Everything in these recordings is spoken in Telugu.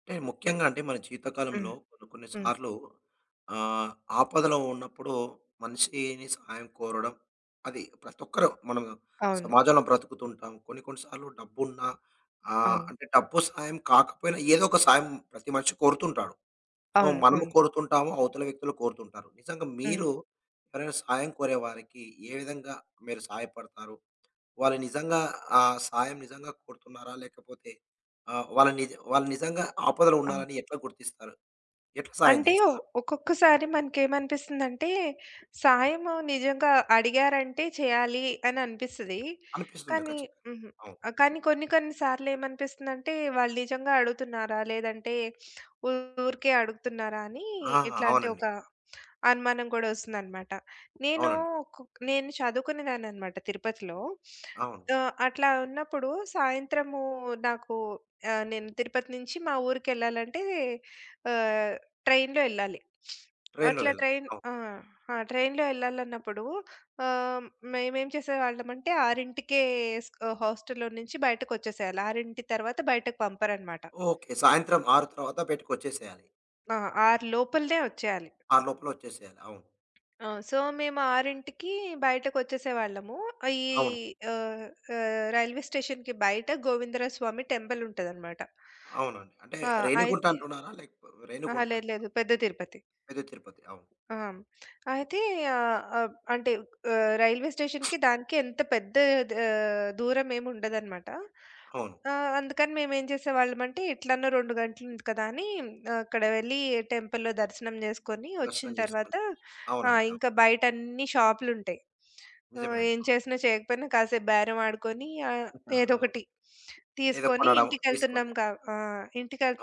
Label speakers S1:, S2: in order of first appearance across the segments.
S1: అంటే ముఖ్యంగా అంటే మన జీవితకాలంలో
S2: హ్మ్.
S1: కొన్ని కొన్ని
S2: హ్మ్.
S1: సార్లు ఆహ్, ఆపదలో ఉన్నప్పుడు మనిషిని సహాయం కోరడం, అది ప్రతి ఒక్కరు మనం
S2: అవును.
S1: సమాజంలో బ్రతుకుతుంటాం. కొన్ని కొన్ని సార్లు డబ్బున్నా
S2: అవును.
S1: అంటే డబ్బు సహాయం కాకపోయినా ఏదో ఒక సాయం ప్రతి మనిషి కోరుతుంటాడు. సో,
S2: అవును.
S1: మనము
S2: అవును.
S1: కోరుతుంటాము, అవతల వ్యక్తులు కోరుతుంటారు. నిజంగా
S2: హ్మ్.
S1: మీరు ఎవరైనా సహాయం కోరే వారికి ఏ విధంగా మీరు సహాయపడతారు? వాళ్ళు నిజంగా ఆ సాయం నిజంగా కోరుతున్నారా? లేకపోతే వాళ్ళు నిజంగా ఆపదలో
S2: అవును.
S1: ఉన్నారని ఎట్లా గుర్తిస్తారు? ఎట్లా సాయం
S2: అంటే
S1: చేస్తారు?
S2: ఒక్కొక్కసారి మనకేమనిపిస్తుందంటే, సాయము నిజంగా అడిగారంటే చేయాలి అని అనిపిస్తది.
S1: అనిపిస్తుంది
S2: కానీ
S1: ఖచ్చితంగా.
S2: హుహు.
S1: అవును.
S2: కానీ కొన్ని కొన్ని సార్లేమనిపిస్తుందంటే, వాళ్ళు నిజంగా అడుగుతున్నారా? లేదంటే ఊరికే అడుగుతున్నారా? అని
S1: ఆ!
S2: ఇట్లాంటి
S1: అవునండి.
S2: ఒక అనుమానం కూడా వస్తుందనమాట. నేను
S1: అవునండి.
S2: కు నేను చదువుకునేదాన్ననమాట తిరుపతిలో.
S1: అవును.
S2: అట్లా ఉన్నప్పుడు సాయంత్రము నాకు నేను తిరుపతి నుంచి మా ఊరికెళ్ళాలంటే ఆహ్, ట్రైన్‌లో ఎళ్ళాలి.
S1: ట్రైన్‌లో
S2: అట్లా
S1: వెళ్ళాలి.
S2: ట్రైన్
S1: అవును.
S2: ఆ! ఆ! ట్రైన్‌లో ఎళ్ళాలన్నప్పుడు ఆహ్, మేమేం చేసేవాళ్ళమంటే 6కే హాస్టల్‌లో నుంచి బయటకొచ్చేసేయాలి. 6 తర్వాత బయటకు పంపరనమాట.
S1: ఓకే. సాయంత్రం 6 తర్వాత బయటికొచ్చేసేయాలి.
S2: ఆ! 6 లోపలనే వచ్చేయాలి.
S1: 6 లోపల వచ్చేసేయాలి. అవును.
S2: ఆ! సో, మేము 6కి బయటకొచ్చేసేవాళ్ళము. ఈ
S1: అవును.
S2: ఆహ్, రైల్వే స్టేషన్‌కి బయట గోవిందరావు స్వామి టెంపుల్ ఉంటదనమాట.
S1: అవునండి. అంటే
S2: ఆ!
S1: రేణిగుంట
S2: అయితే
S1: అంటున్నారా?
S2: అహా!
S1: రేణిగుంట
S2: లేదు
S1: అంటున్నారా?
S2: లేదు. పెద్ద తిరుపతి.
S1: పెద్ద తిరుపతి. అవును.
S2: ఆ! అయితే ఆహ్, ఆహ్, అంటే రైల్వే స్టేషన్‌కి దానికి ఎంత పెద్ద ద దూరం ఏమి ఉండదనమాట.
S1: అవును.
S2: అందుకని మేమేం చేసేవాళ్ళమంటే ఎట్లనో 2 గంటలు ఉంది కదా! అని అక్కడ వెళ్ళి టెంపుల్‌లో దర్శనం చేసుకొని వచ్చిన
S1: దర్శనం
S2: తర్వాత
S1: చేసుకొని. అవునండి. అవును.
S2: ఇంకా బయట అన్ని షాపులుంటాయి.
S1: నిజమే అండి.
S2: ఏం
S1: అవును.
S2: చేసినా చేయకపోయినా కాసేపు బేరం ఆడుకొని
S1: ఆ,
S2: ఏదో
S1: అవును.
S2: ఒకటి
S1: ఏదో
S2: తీసుకొని
S1: కొనడం
S2: ఇంటికెళ్తున్నాం
S1: తీసుకొని.
S2: కా ఆ!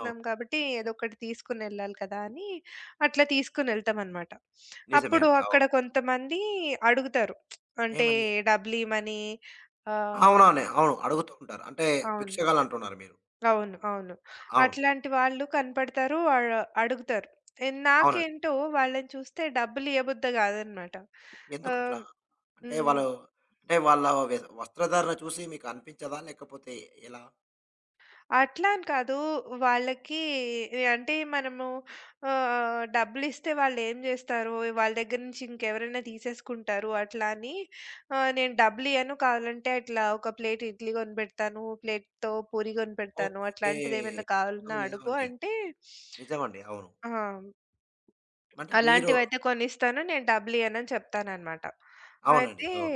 S1: అవును.
S2: కాబట్టి ఏదో ఒకటి తీసుకొని వెళ్ళాలి కదా! అని అట్లా తీసుకొనెళ్తామనమాట.
S1: నిజమే
S2: అప్పుడు
S1: అండి. అవును.
S2: అక్కడ కొంతమంది అడుగుతారు. అంటే
S1: ఏమని?
S2: డబ్బులియ్యమని ఆహ్,
S1: అవునవును. అవును. అడుగుతూ ఉంటారు. అంటే
S2: అవును.
S1: భిక్షగాలంటున్నారు మీరు.
S2: అవును. అవును.
S1: అవును.
S2: అట్లాంటి వాళ్ళు కనపడతారు. అడుగుతారు.
S1: అవునండి.
S2: నాకేంటో వాళ్ళని చూస్తే డబ్బులియ్యబుద్ధి గాదనమాట.
S1: ఎందుకట్లా?
S2: ఆహ్,
S1: అంటే
S2: హ్మ్.
S1: వాళ్ళు అంటే వాళ్ళ వస్త్రధారణ చూసి మీకు అనిపించదా? లేకపోతే ఎలా?
S2: అట్లా అని కాదు. వాళ్ళకి అంటే మనము డబ్బులిస్తే వాళ్ళేం జేస్తారు? వాళ్ళ దగ్గర నుంచి ఇంకెవరైనా తీసేసుకుంటారు అట్లా అని నేను డబ్బులియ్యను కావాలంటే అట్లా ఒక ప్లేట్ ఇడ్లీ గొనిపెడతాను. ప్లేట్‌తో పూరి గొనిపెడతాను.
S1: ఓకే.
S2: అట్లాంటిదేమైనా కావాలన్నా అడుగు
S1: నిజమండి.
S2: అంటే
S1: నిజమండి. అవును.
S2: ఆ!
S1: అంటే మీరు
S2: అలాంటివైతే కొనిస్తాను. నేను డబ్బులియ్యనని చెప్తాననమాట.
S1: అవునండి.
S2: అయితే,
S1: అవును.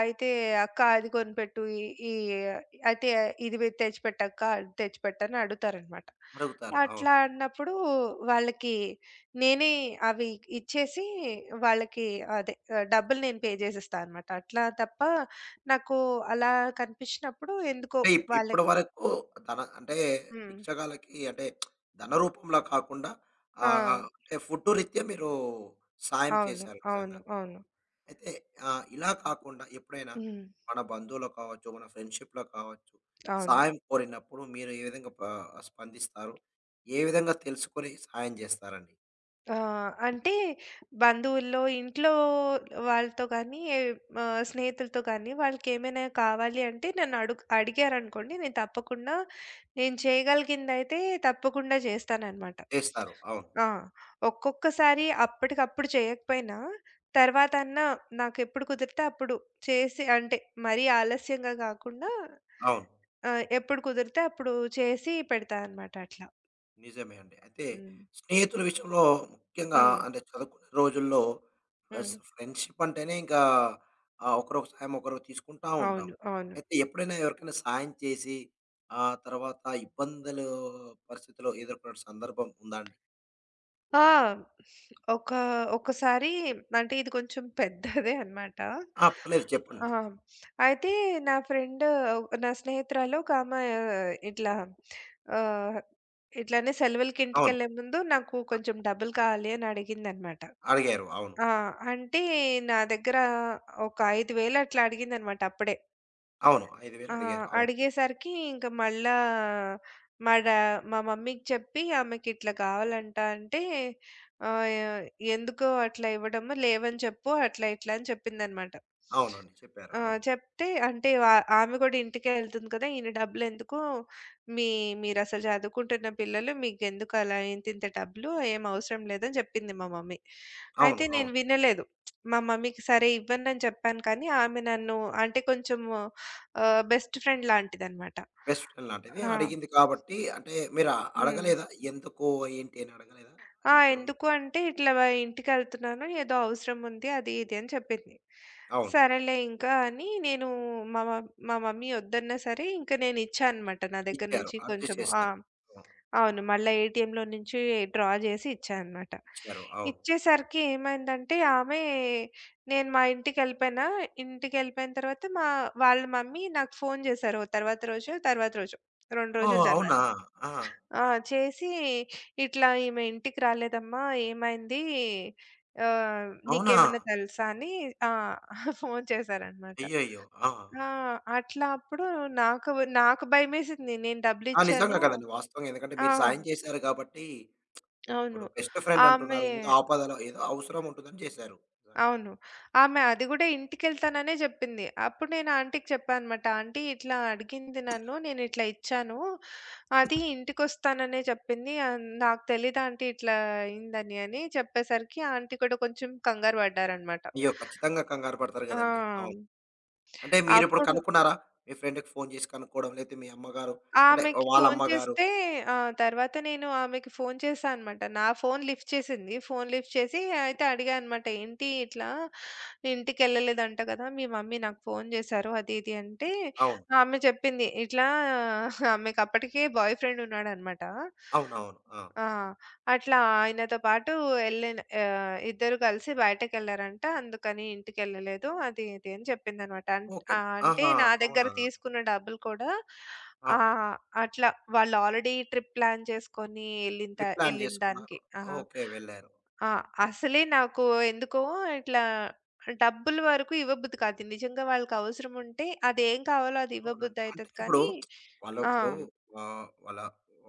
S2: అయితే "అక్క అది కొనిపెట్టు, ఈ ఈ అయితే ఇది తెచ్చిపెట్టక్క, అది తెచ్చిపెట్టని" అడుగుతారనమాట.
S1: అడుగుతారు. అవును.
S2: అట్లా అన్నప్పుడు వాళ్ళకి నేనే అవి ఇచ్చేసి వాళ్ళకి అదే డబ్బులు నేను పే జేసేస్తా అనమాట. అట్లా తప్ప నాకు అలా కనిపించినప్పుడు ఎందుకో
S1: అంటే ఇప్పటి
S2: వాళ్ళకి
S1: వరకు ధన అంటే
S2: హ్మ్.
S1: భిక్షగాలకి అంటే ధన రూపంలో కాకుండా
S2: ఆ!
S1: ఆహ్, అంటే ఫుడ్ రీత్యా మీరు సాయం
S2: అవును.
S1: చేశారు నిజంగా.
S2: అవును. అవును.
S1: అయితే ఇలా కాకుండా ఎప్పుడైనా
S2: హ్మ్.
S1: మన బంధువులో కావచ్చు, మన ఫ్రెండ్‌షిప్‌లో కావచ్చు,
S2: అవును.
S1: సాయం కోరినప్పుడు మీరు ఏ విధంగా స్పందిస్తారు? ఏ విధంగా తెలుసుకొని సాయం జేస్తారండి?
S2: ఆ! అంటే బంధువుల్లో, ఇంట్లో వాళ్ళతో గానీ, స్నేహితులతో గానీ వాళ్ళకేమైనా కావాలి అంటే అడిగారనుకోండి, నేను తప్పకుండా నేను చేయగలిగిందయితే తప్పకుండా జేస్తాననమాట.
S1: చేస్తారు. అవును.
S2: ఆ! ఒక్కొక్కసారి అప్పటికప్పుడు చేయకపోయినా, తర్వాతన్నా నాకెప్పుడు కుదిరితే అప్పుడు చేసి అంటే మరీ ఆలస్యంగా గాకుండా
S1: అవును.
S2: ఎప్పుడు కుదిరితే అప్పుడు చేసి పెడతా అనమాట అట్లా.
S1: నిజమే అండి. అయితే
S2: హ్మ్.
S1: స్నేహితుల విషయంలో ముఖ్యంగా
S2: హ్మ్.
S1: అంటే చదువుకునే రోజుల్లో
S2: హ్మ్.
S1: ఫ్రెండ్‌షిప్ అంటేనే ఇంకా ఒకరొక సాయం ఒకరు తీసుకుంటా ఉంటాం.
S2: అవును. అవును.
S1: అయితే ఎప్పుడైనా ఎవరికైనా సాయం చేసి, ఆ తర్వాత ఇబ్బందులు పరిస్థితిలో ఎదుర్కొన్న సందర్భం ఉందా అండి?
S2: ఆ! ఒక ఒకసారి అంటే ఇది కొంచెం పెద్దదే అన్నమాట.
S1: ఆ! పర్లేదు
S2: ఆ!
S1: చెప్పండి.
S2: అయితే నా ఫ్రెండ్ నా స్నేహితురాలు ఒకామె ఇట్లా ఆహ్, ఇట్లానే సెలవులకి
S1: అవును.
S2: ఇంటికెళ్ళే ముందు నాకు కొంచెం డబ్బులు కావాలి అని అడిగిందన్నమాట.
S1: అడిగారు. అవును.
S2: ఆ! అంటే నా దగ్గర ఒక 5,000 అట్లా అడిగిందన్నమాట అప్పుడే.
S1: అవును. 5,000
S2: ఆ!
S1: అడిగారు. అవును.
S2: అడిగేసరికి ఇంక మళ్ళా మా డా మా మమ్మీకి చెప్పి ఆమెకిట్లా కావాలంట అంటే ఆహ్, "ఎ ఎందుకు అట్లా ఇవ్వడము లేవని చెప్పు అట్లా ఇట్లా అని చెప్పిందనమాట.
S1: అవునండి. చెప్పారు.
S2: ఆ!
S1: అవును.
S2: చెప్తే అంటే ఆమె కూడా ఇంటికే ఎళ్తుంది కదా! ఈయన డబ్బులెందుకు మీ మీరసలు చదువుకుంటున్న పిల్లలు మీకెందుకు అలా ఇంతింత డబ్బులు ఏం అవసరం లేదని చెప్పింది మా మమ్మీ.
S1: అవును.
S2: అయితే
S1: అవును.
S2: నేను వినలేదు. మా మమ్మీకి సరే ఇవ్వను అని చెప్పాను కానీ ఆమె నన్ను అంటే కొంచెం బెస్ట్ ఫ్రెండ్ లాంటిదనమాట.
S1: బెస్ట్ ఫ్రెండ్ లాంటిది
S2: ఆ!
S1: అడిగింది కాబట్టి అంటే మీరు
S2: హ్మ్.
S1: అడగలేదా? ఎందుకు? ఏంటి? అని అడగలేదా?
S2: ఆ!
S1: ఇప్పుడు
S2: ఎందుకు అంటే, "ఇట్లా ఇంటికెళ్తున్నాను. ఏదో అవసరం ఉంది." అది ఇది అని చెప్పింది.
S1: అవును.
S2: సరేలే ఇంకా అని నేను మా మమ్మీ వద్దన్నా సరే, ఇంక నేను ఇచ్చా అనమాట. నా దగ్గర
S1: ఇచ్చారు.
S2: నుంచి
S1: అడ్జస్ట్
S2: కొంచెం ఆ!
S1: చేశారు. అవును.
S2: అవును. మళ్ళా ఏటీఎంలో నుంచి డ్రా చేసి ఇచ్చా అనమాట.
S1: ఇచ్చారు. అవును.
S2: ఇచ్చేసరికి ఏమైందంటే, ఆమె నేను మా ఇంటికెళ్ళిపోయినా, ఇంటికెళ్ళిపోయిన తర్వాత వాళ్ళ మమ్మీ నాకు ఫోను చేశారు. ఓ తర్వాత రోజు, తర్వాత రోజు 2 రోజుల
S1: ఓహ్!
S2: తర్వాత.
S1: అవునా? ఆ!
S2: ఆ! చేసి ఇట్లా "ఈమె ఇంటికి రాలేదమ్మా ఏమైంది?
S1: అవునా?
S2: నీకేమైనా తెలుసా?" అని ఆ! ఫోను చేశారనమాట.
S1: అయ్యయ్యో! ఆ!
S2: ఆ! అట్లా అప్పుడు నాకు నాకు భయమేసింది. నేను
S1: ఆ! నిజంగా
S2: డబ్బులిచ్చాను.
S1: కదండీ. వాస్తవంగా ఎందుకంటే
S2: ఆ!
S1: మీరు సాయం చేశారు కాబట్టి
S2: అవును.
S1: ఇప్పుడు బెస్ట్ ఫ్రెండ్
S2: ఆమె
S1: అంటున్నారు. ఏదో ఆపదలో ఏదో అవసరం ఉంటుందని చేశారు. నిజంగా.
S2: అవును. ఆమె అది గూడా ఇంటికెళ్తాననే జెప్పింది. అప్పుడు నేను ఆంటీకి చెప్పానన్నమాట. ఆంటీ ఇట్లా అడిగింది నన్ను. నేనిట్లా ఇచ్చాను. అది ఇంటికొస్తాననే జెప్పింది. నాకు తెలీదు ఆంటీ ఇట్లా అయిందని అని చెప్పేసరికి ఆంటీ కూడా కొంచెం కంగారు పడ్డారన్నమాట.
S1: అయ్యో! ఖచ్చితంగా కంగారు పడతారు
S2: ఆ!
S1: కదండీ. అవును. అంటే మీరిప్పుడు
S2: అప్పుడు
S1: కనుక్కున్నారా? మీ ఫ్రెండ్‌కి ఫోను చేసి కనుక్కోవడం, లేతే మీ అమ్మగారు అంటే
S2: ఆమెకి
S1: వాళ్ళ
S2: ఫోను
S1: అమ్మగారు.
S2: చేస్తే ఆహ్, తర్వాత నేను ఆమెకి ఫోను చేశా అనమాట. నా ఫోను లిఫ్ట్ చేసింది. ఫోను లిఫ్ట్ చేసి అయితే అడిగా అనమాట. "ఏంటి ఇట్లా ఇంటికెళ్ళలేదంట కదా! మీ మమ్మీ నాకు ఫోను చేశారు అది ఇది" అంటే
S1: అవును.
S2: ఆమె చెప్పింది. ఇట్లా ఆమెకప్పటికే బాయ్ ఫ్రెండ్ ఉన్నాడనమాట.
S1: అవునవును. ఆ!
S2: ఆ! అట్లా ఆయనతో పాటు ఇద్దరు కలిసి బయటకెళ్లారంట. అందుకని ఇంటికెళ్ళలేదు. అది ఇది అని చెప్పిందనమాట.
S1: ఓకే.
S2: అంటే
S1: ఆహా!
S2: నా దగ్గర
S1: అవునా!
S2: తీసుకున్న డబ్బులు కూడా
S1: అవును.
S2: ఆహ్, అట్లా వాళ్ళు ఆల్రెడీ ట్రిప్ ప్లాన్ చేసుకొని
S1: రీప్లాన్
S2: ఎళ్ళిన
S1: చేసుకున్నారు.
S2: దానికి. ఆ!
S1: ఓకే. వెళ్లారు.
S2: ఆ! అసలే నాకు ఎందుకో ఇట్లా డబ్బుల వరకు ఇవ్వబుద్ధి కాదు. నిజంగా వాళ్ళకి అవసరం ఉంటే అదేం కావాలో అది
S1: అవునండి.
S2: ఇవ్వబుద్ధి
S1: అంటే
S2: అయితది
S1: ఇప్పుడు
S2: కానీ
S1: వాళ్ళు
S2: ఆ!
S1: ఇప్పుడు ఆహ్, వాళ్ళ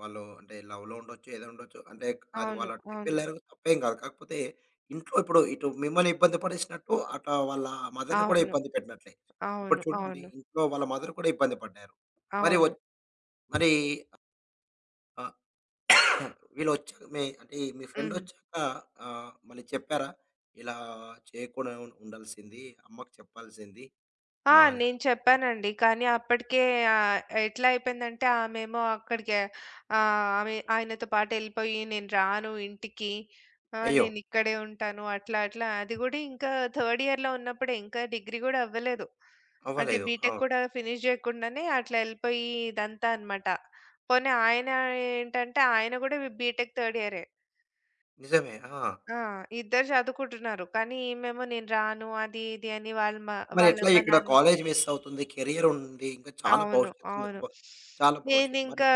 S1: వాళ్ళు అంటే లవ్‌లో ఉండొచ్చు, ఏదో ఉండొచ్చు. అంటే అది
S2: అవును.
S1: వాళ్ళ
S2: అవును.
S1: ట్రిపెళ్లారు తప్పేం కాదు. కాకపోతే ఇంట్లో ఇప్పుడు ఇటు మిమ్మల్ని ఇబ్బంది పడేసినట్టు, అట వాళ్ళ మదర్‌ని కూడా
S2: అవును.
S1: ఇబ్బంది పెట్టినట్లే. ఇప్పుడు
S2: అవును.
S1: చూడండి
S2: అవును.
S1: ఇంట్లో వాళ్ళ మదర్ కూడా ఇబ్బంది పడ్డారు. మరి
S2: అవును.
S1: ఒచ్ మరి ఆ! ఆ! వీళ్ళొచ్చాక మీ అంటే ఈ మీ
S2: హ్మ్.
S1: ఫ్రెండొచ్చాక మళ్ళీ చెప్పారా? ఇలా చేయకుండా ఉండాల్సింది. అమ్మకి చెప్పాల్సింది
S2: ఆ!
S1: అని.
S2: నేను చెప్పానండి. కానీ అప్పటికే ఆహ్, ఎట్లా అయిపోయిందంటే ఆమేమో అక్కడికే ఆమె ఆయనతో పాటెళ్ళిపోయి నేను రాను ఇంటికి.
S1: అయ్యో!
S2: నేనిక్కడే ఉంటాను. అట్లా అట్లా అది గూడా ఇంకా థర్డ్ ఇయర్‌లో ఉన్నప్పుడే ఇంకా డిగ్రీ గూడా అవ్వలేదు. అంటే
S1: అవ్వలేదు.
S2: బీటెక్
S1: అవును.
S2: కూడా ఫినిష్ జేయకుండానే అట్లా ఎళ్ళిపోయి ఇదంతా అనమాట. పోనీ ఏంటంటే ఆయన గూడా బీటెక్ థర్డ్ ఇయరే.
S1: నిజమే. ఆ!
S2: ఆ! ఇద్దరు చదువుకుంటున్నారు. కానీ ఈమేమో నేను రాను అది ఇది అని
S1: మరెట్లా
S2: వాళ్ళమ్మ
S1: ఇక్కడ
S2: నాన్న
S1: కాలేజ్ మిస్ అవుతుంది. కెరియర్ ఉంది. ఇంకా చాలా
S2: అవును.
S1: భవిష్యత్తు ఉంది.
S2: అవును.
S1: చాలా భవిష్యత్తు. మరి
S2: నేనింకా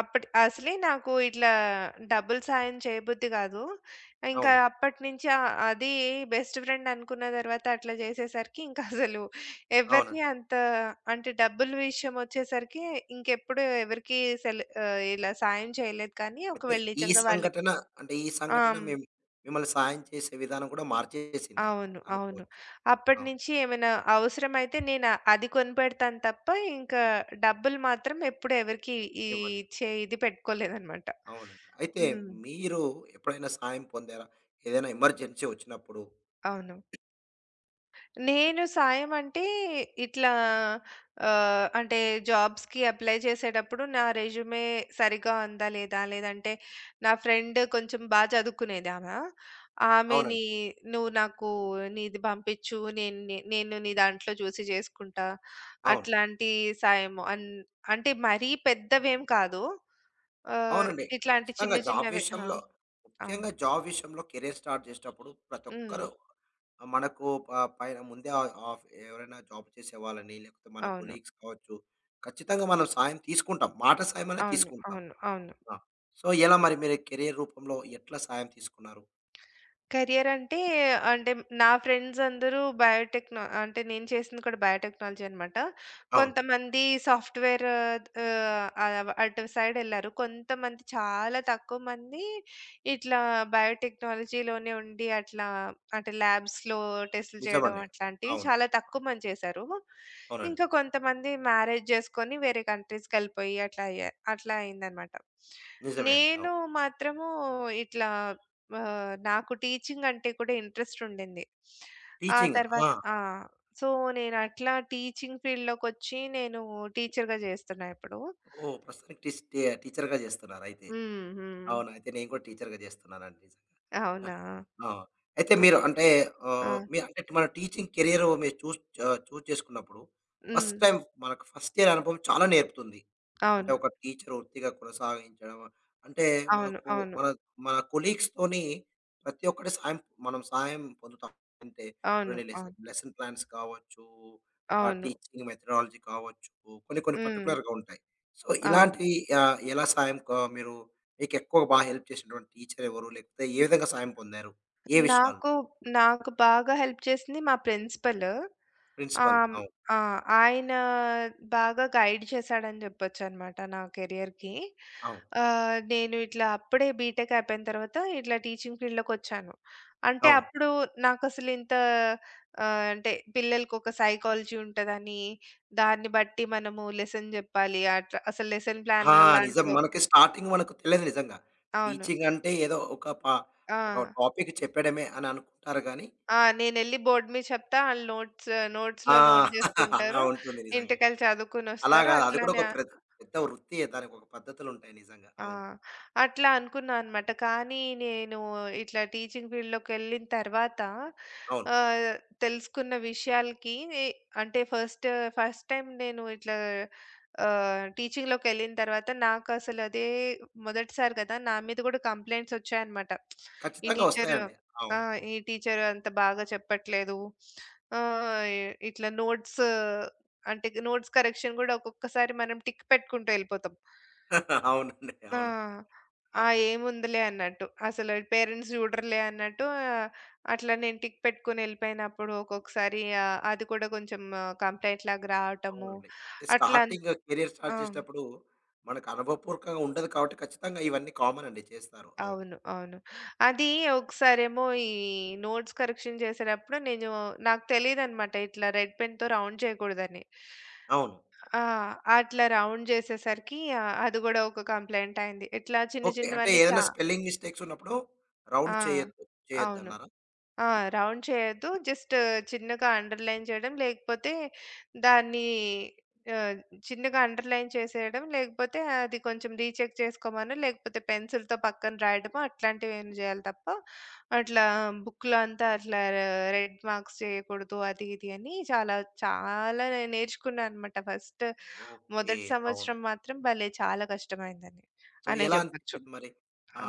S2: అసలే నాకు ఇట్లా డబ్బులు సాయం చేయబుద్ధి గాదు. ఇంకా
S1: అవును.
S2: అప్పటి నుంచి అది బెస్ట్ ఫ్రెండ్ అనుకున్న తర్వాత అట్లా జేసేసరికి ఇంకా అసలు ఎవరిని
S1: అవునండి.
S2: అంత అంటే డబ్బుల విషయం ఒచ్చేసరికి ఇంకెప్పుడు ఎవరికీ ఇలా సాయం చేయలేదు కానీ
S1: అయితే
S2: ఒకవేళ
S1: ఈ
S2: నిజంగా వాళ్ళకి
S1: సంఘటన అంటే ఈ
S2: ఆ!
S1: సంఘటన
S2: హ్మ్.
S1: మిమ్మల్ని సాయం చేసే విధానం కూడా మార్చేసింది
S2: అవును. అవును.
S1: అనుకోవచ్చు. అవును.
S2: అప్పటినుంచి ఏమైనా అవసరమైతే నేను అది కొనిపెడతాను తప్ప, ఇంకా డబ్బులు మాత్రం ఎప్పుడు ఎవరికీ ఈ
S1: ఇవ్వలేదు.
S2: ఇచ్చే ఇది పెట్టుకోలేదనమాట.
S1: అవునండి. అయితే
S2: హ్మ్.
S1: మీరు ఎప్పుడైనా సహాయం పొందారా? ఏదైనా ఎమర్జెన్సీ వచ్చినప్పుడు?
S2: అవును. నేను సాయం అంటే ఇట్లా అంటే జాబ్స్‌కి అప్లై చేసేటప్పుడు నా రెజ్యూమే సరిగ్గా ఉందా లేదా? లేదంటే నా ఫ్రెండ్ కొంచెం చదువుకునేదామ.
S1: అవునండి.
S2: ఆమెని "నువ్వు నాకు నీది పంపించు. నేను నీ దాంట్లో చూసి చేసుకుంటా."
S1: అవును.
S2: అట్లాంటి సాయం అన్ అంటే మరీ పెద్దవేం కాదు. ఆహ్,
S1: అవునండి.
S2: ఇట్లాంటి
S1: ఖచ్చితంగా
S2: చిన్న
S1: జాబ్
S2: చిన్నవే. ఆ!
S1: విషయంలో
S2: అవును.
S1: ముఖ్యంగా జాబ్ విషయంలో కెరీర్ స్టార్ట్ చేసేటప్పుడు ప్రతి
S2: హ్మ్.
S1: ఒక్కరు మనకు పైన ముందే ఆఫ్ ఎవరైనా జాబ్ చేసే వాళ్ళని లేకపోతే మన
S2: అవును. అవును.
S1: కొలీగ్స్ కావచ్చు, ఖచ్చితంగా మనం సాయం తీసుకుంటాం. మాట సాయం అనేది
S2: అవును.
S1: తీసుకుంటాం.
S2: అవును. అవును.
S1: ఆ! సో, ఎలా మరి మీరు కెరీర్ రూపంలో ఎట్లా సాయం తీసుకున్నారు?
S2: కెరియర్ అంటే, నా ఫ్రెండ్స్ అందరూ బయోటెక్‌నో అంటే నేను చేసింది కూడా బయోటెక్నాలజీ అనమాట.
S1: అవును.
S2: కొంతమంది సాఫ్ట్‌వేర్ ఆహ్, ఆహ్, అటు సైడ్ ఎళ్లారు. కొంతమంది చాలా తక్కువ మంది ఇట్లా బయోటెక్నాలజీలోనే ఉండి అట్లా అంటే ల్యాబ్స్‌లో టెస్టులు చేయడం
S1: నిజమండి.
S2: అట్లాంటివి
S1: అవును.
S2: చాలా తక్కువ మంది చేశారు.
S1: అవునండి.
S2: ఇంకా కొంతమంది మ్యారేజ్ చేసుకొని వేరే కంట్రీస్‌కెళ్ళిపోయి అట్లా అయిందనమాట.
S1: నిజమే అండి.
S2: నేను
S1: అవును.
S2: మాత్రము ఇట్లా నాకు టీచింగ్ అంటే కూడా ఇంట్రెస్ట్ ఉండింది. ఆ
S1: టీచింగ్. ఆ!
S2: తర్వాత ఆ! సో, నేను అట్లా టీచింగ్ ఫీల్డ్‌లోకొచ్చి నేను టీచర్‌గా చేస్తున్నా ఇప్పుడు.
S1: ఓహ్! ప్రస్తుతానికి టీస్ టీ టీచర్‌గా చేస్తున్నారైతే.
S2: హ్మ్. హ్మ్.
S1: అవును. అయితే నేను కూడా టీచర్‌గా చేస్తున్నానండి నిజంగా.
S2: అవునా!
S1: ఆ! అయితే మీరు
S2: ఓకే.
S1: అంటే
S2: ఆ!
S1: మీ అంటే మన టీచింగ్ కెరియర్ మీరు చూజ్ చేసుకున్నప్పుడు
S2: హ్మ్.
S1: ఫస్ట్ టైమ్ మనకు ఫస్ట్ ఇయర్ అనుభవం చాలా నేర్పుతుంది. అంటే
S2: అవును.
S1: ఒక టీచర్ వృత్తిగా కొనసాగించడం అంటే
S2: అవును.
S1: మనకు
S2: అవును.
S1: మన మన కొలీగ్స్‌తోని ప్రతి ఒక్కటి సాయం మనం సహాయం పొందుతాం. అంటే
S2: అవును.
S1: కొన్ని లెసన్
S2: అవును.
S1: లెసన్ ప్లాన్స్ కావచ్చు,
S2: అవును.
S1: టీచింగ్ మెథడాలజీ కావచ్చు, కొన్ని కొన్ని
S2: హ్మ్.
S1: పర్టిక్యులర్‌గా ఉంటాయి. సో
S2: అవును.
S1: ఇలాంటివి ఎలా సాయం మీరు మీకెక్కువ హెల్ప్ చేసినటువంటి టీచర్ ఎవరు? లేకపోతే ఏ విధంగా సాయం పొందారు? ఏ విషయాల్లో?
S2: నాకు నాకు బాగా హెల్ప్ చేసింది మా ప్రిన్సిపల్.
S1: ప్రిన్సిపల్.
S2: ఆహ్,
S1: అవును.
S2: ఆ! ఆయన బాగా గైడ్ చేశాడని జెప్పొచ్చనమాట నా కెరియర్‌కి.
S1: అవును.
S2: నేను ఇట్లా అప్పుడే బీటెక్ అయిపోయిన తర్వాత ఇట్లా టీచింగ్ ఫీల్డ్‌లోకొచ్చాను. అంటే
S1: అవును.
S2: అప్పుడు నాకసలు ఇంత అంటే పిల్లలకొక సైకాలజీ ఉంటదని, దాన్ని బట్టి మనము లెసన్ జెప్పాలి. అట్లా అసలు లెసన్ ప్లాన్
S1: ఆ! నిజం.
S2: అలాంటిదో
S1: మనకి స్టార్టింగ్ మనకు తెలియదు నిజంగా.
S2: అవును.
S1: టీచింగ్ అంటే ఏదో ఒక
S2: ఆ!
S1: ఒక టాపిక్ చెప్పడమే అని అనుకుంటారు గానీ
S2: ఆ! నేనెళ్ళి బోర్డ్ మీద చెప్తా. ఆళ్ళు
S1: ఆ!
S2: నోట్స్‌లో నోట్
S1: అలా
S2: జేసుకుంటారు.
S1: ఉంటుంది నిజంగా.
S2: ఇంటికెళ్ళి
S1: అలా
S2: చదువుకొనొస్తారు.
S1: కాదు. అది కూడా
S2: అట్లానే
S1: ఒక పెద్ద వృత్తియే. దానికి ఒక పద్ధతులుంటాయి నిజంగా.
S2: ఆ!
S1: అవును.
S2: అట్లా అనుకున్నా అనమాట. కానీ నేను ఇట్లా టీచింగ్ ఫీల్డ్‌లోకెళ్ళిన తర్వాత
S1: అవును.
S2: ఆహ్, తెలుసుకున్న విషయాలకి ఏ- అంటే ఫస్ట్ ఫస్ట్ టైమ్ నేను ఇట్లా టీచింగ్‌లోకెళ్ళిన తర్వాత నాకు అసలు అదే మొదటిసారి కదా! నా మీద కూడా కంప్లెయింట్స్ వచ్చాయన్నమాట. ఈ
S1: ఖచ్చితంగా
S2: టీచర్
S1: వస్తాయండి.
S2: ఆ!
S1: అవును. అవును.
S2: ఈ టీచర్ అంత బాగా చెప్పట్లేదు. ఆహ్, ఇట్లా నోట్స్ కరెక్షన్ కూడా ఒక్కొక్కసారి మనం టిక్ పెట్టుకుంటూ ఎళ్ళిపోతాం.
S1: అవునండి.
S2: ఆ!
S1: అవును.
S2: ఆ!
S1: అవును.
S2: ఏముందిలే అన్నట్టు. అసలు పేరెంట్స్ చూడరులే అన్నట్టు అట్లా నేను టిక్ పెట్టుకొని ఎళ్ళిపోయినప్పుడు ఒక్కొక్కసారి అది కూడా కొంచెం కంప్లెయింట్ లాగా రావటము.
S1: అవునండి.
S2: అట్లా అన్
S1: స్టార్టింగ్ కెరియర్
S2: ఆ!
S1: స్టార్ట్ చేసేటప్పుడు మనకు అనుభవపూర్వకంగా ఉండదు కాబట్టి ఖచ్చితంగా ఇవన్నీ కామన్ అండి చేస్తారు. అవును.
S2: అవును. అవును. అది ఒకసారేమో నోట్స్ కరెక్షన్ చేసేటప్పుడు నేను నాకు తెలీదనమాట ఇట్లా రెడ్ పెన్‌తో రౌండ్ చేయకూడదని.
S1: అవును.
S2: ఆ! అట్లా రౌండ్ చేసేసరికి అది గూడా ఒక కంప్లెయింట్ అయింది. ఇట్లా చిన్న
S1: ఓకే. అంటే
S2: చిన్నవన్నీ
S1: ఏదైనా
S2: చా
S1: స్పెల్లింగ్ మిస్టేక్స్ ఉన్నప్పుడు రౌండ్
S2: ఆ!
S1: చేయొద్దు.
S2: అవును.
S1: చేయొద్దన్నారా?
S2: ఆ! రౌండ్ చేయొద్దు. జస్ట్ చిన్నగా అండర్‌లైన్ చేయడం, లేకపోతే దాన్ని ఆహ్, చిన్నగా అండర్‌లైన్ చేసేయడం, లేకపోతే అది కొంచెం రీచెక్ చేసుకోమనో, లేకపోతే పెన్సిల్‌తో పక్కన రాయడమో అట్లాంటివేమైనా చేయాలి తప్ప, అట్లా బుక్‌లో అంతా అట్లా రెడ్ మార్క్స్ చేయకూడదు అది, ఇది అని చాలా నేను నేర్చుకున్నా అనమాట.
S1: ఓకే.
S2: మొదటి
S1: అవును.
S2: సంవత్సరం మాత్రం భలే చాలా కష్టమైందని
S1: సో
S2: అనే
S1: ఎలా
S2: చెప్పొచ్చు.
S1: అనిపించింది మరి?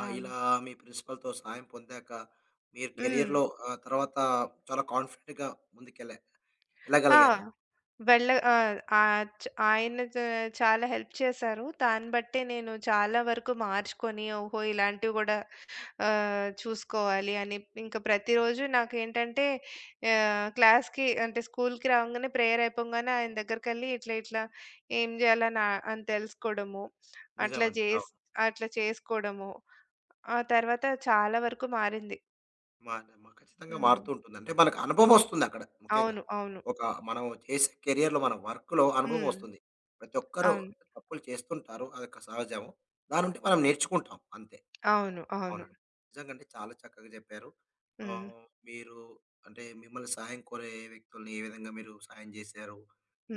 S2: ఆ!
S1: ఇలా మీ ప్రిన్సిపల్‌తో సహాయం పొందాక మీరు
S2: హ్మ్.
S1: కెరియర్‌లో తర్వాత చాలా కాన్ఫిడెంట్‌గా ముందుకెళ్ళా
S2: ఆ!
S1: ఎళ్ళగలిగారా?
S2: వెళ్ళ ఆహ్, ఆహ్, చ్ ఆయన చ చాలా హెల్ప్ చేశారు. దాన్ని బట్టే నేను చాలా వరకు మార్చుకొని, ఓహో! ఇలాంటివి గూడా చూసుకోవాలి అని ఇంకా ప్రతిరోజు నాకేంటంటే క్లాస్‌కి అంటే స్కూల్‌కి రావంగానే ప్రేయర్ అయిపోంగానే ఆయన దగ్గరికెళ్ళి ఇట్లా ఏం జేయాలని అని తెలుసుకోవడము. అట్లా
S1: నిజమండి.
S2: జేస్
S1: అవును.
S2: అట్లా చేసుకోవడము. ఆ తర్వాత చాలా వరకు మారింది.
S1: మారమ్మ. ఖచ్చితంగా
S2: హ్మ్.
S1: మారుతూ ఉంటుంది. అంటే మనకు అనుభవం వస్తుందక్కడ ముఖ్యంగా.
S2: అవును. అవును.
S1: ఒక మనం చేసే కెరియర్‌లో మన వర్క్‌లో అనుభవం
S2: హ్మ్.
S1: వస్తుంది. ప్రతి ఒక్కరు
S2: అవును.
S1: తప్పులు చేస్తుంటారు. అది ఒక సహజము. దాని నుండి మనం నేర్చుకుంటాం అంతే.
S2: అవును. అవును.
S1: అవునండి. నిజంగండి చాలా చక్కగా చెప్పారు.
S2: హ్మ్.
S1: మీరు అంటే మిమ్మల్ని సహాయం కోరే వ్యక్తుల్ని ఏ విధంగా మీరు సహాయం జేశారు?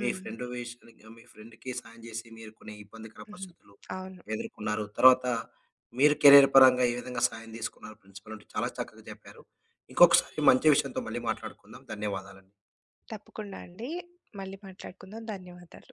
S1: మీ ఫ్రెండ్ విషయానికి మీ ఫ్రెండ్‌కి సహాయం జేసి మీరు కొన్ని ఇబ్బందికర
S2: హుహు.
S1: పరిస్థితులు
S2: అవును.
S1: ఎదుర్కొన్నారు. తర్వాత మీరు కెరీర్ పరంగా ఏ విధంగా సహాయం తీసుకున్నారు ప్రిన్సిపల్ నుండి చాలా చక్కగా చెప్పారు. ఇంకొకసారి మంచి విషయంతో మళ్ళీ మాట్లాడుకుందాం. ధన్యవాదాలండి.
S2: తప్పకుండా అండి. మళ్ళీ మాట్లాడుకుందాం. ధన్యవాదాలు.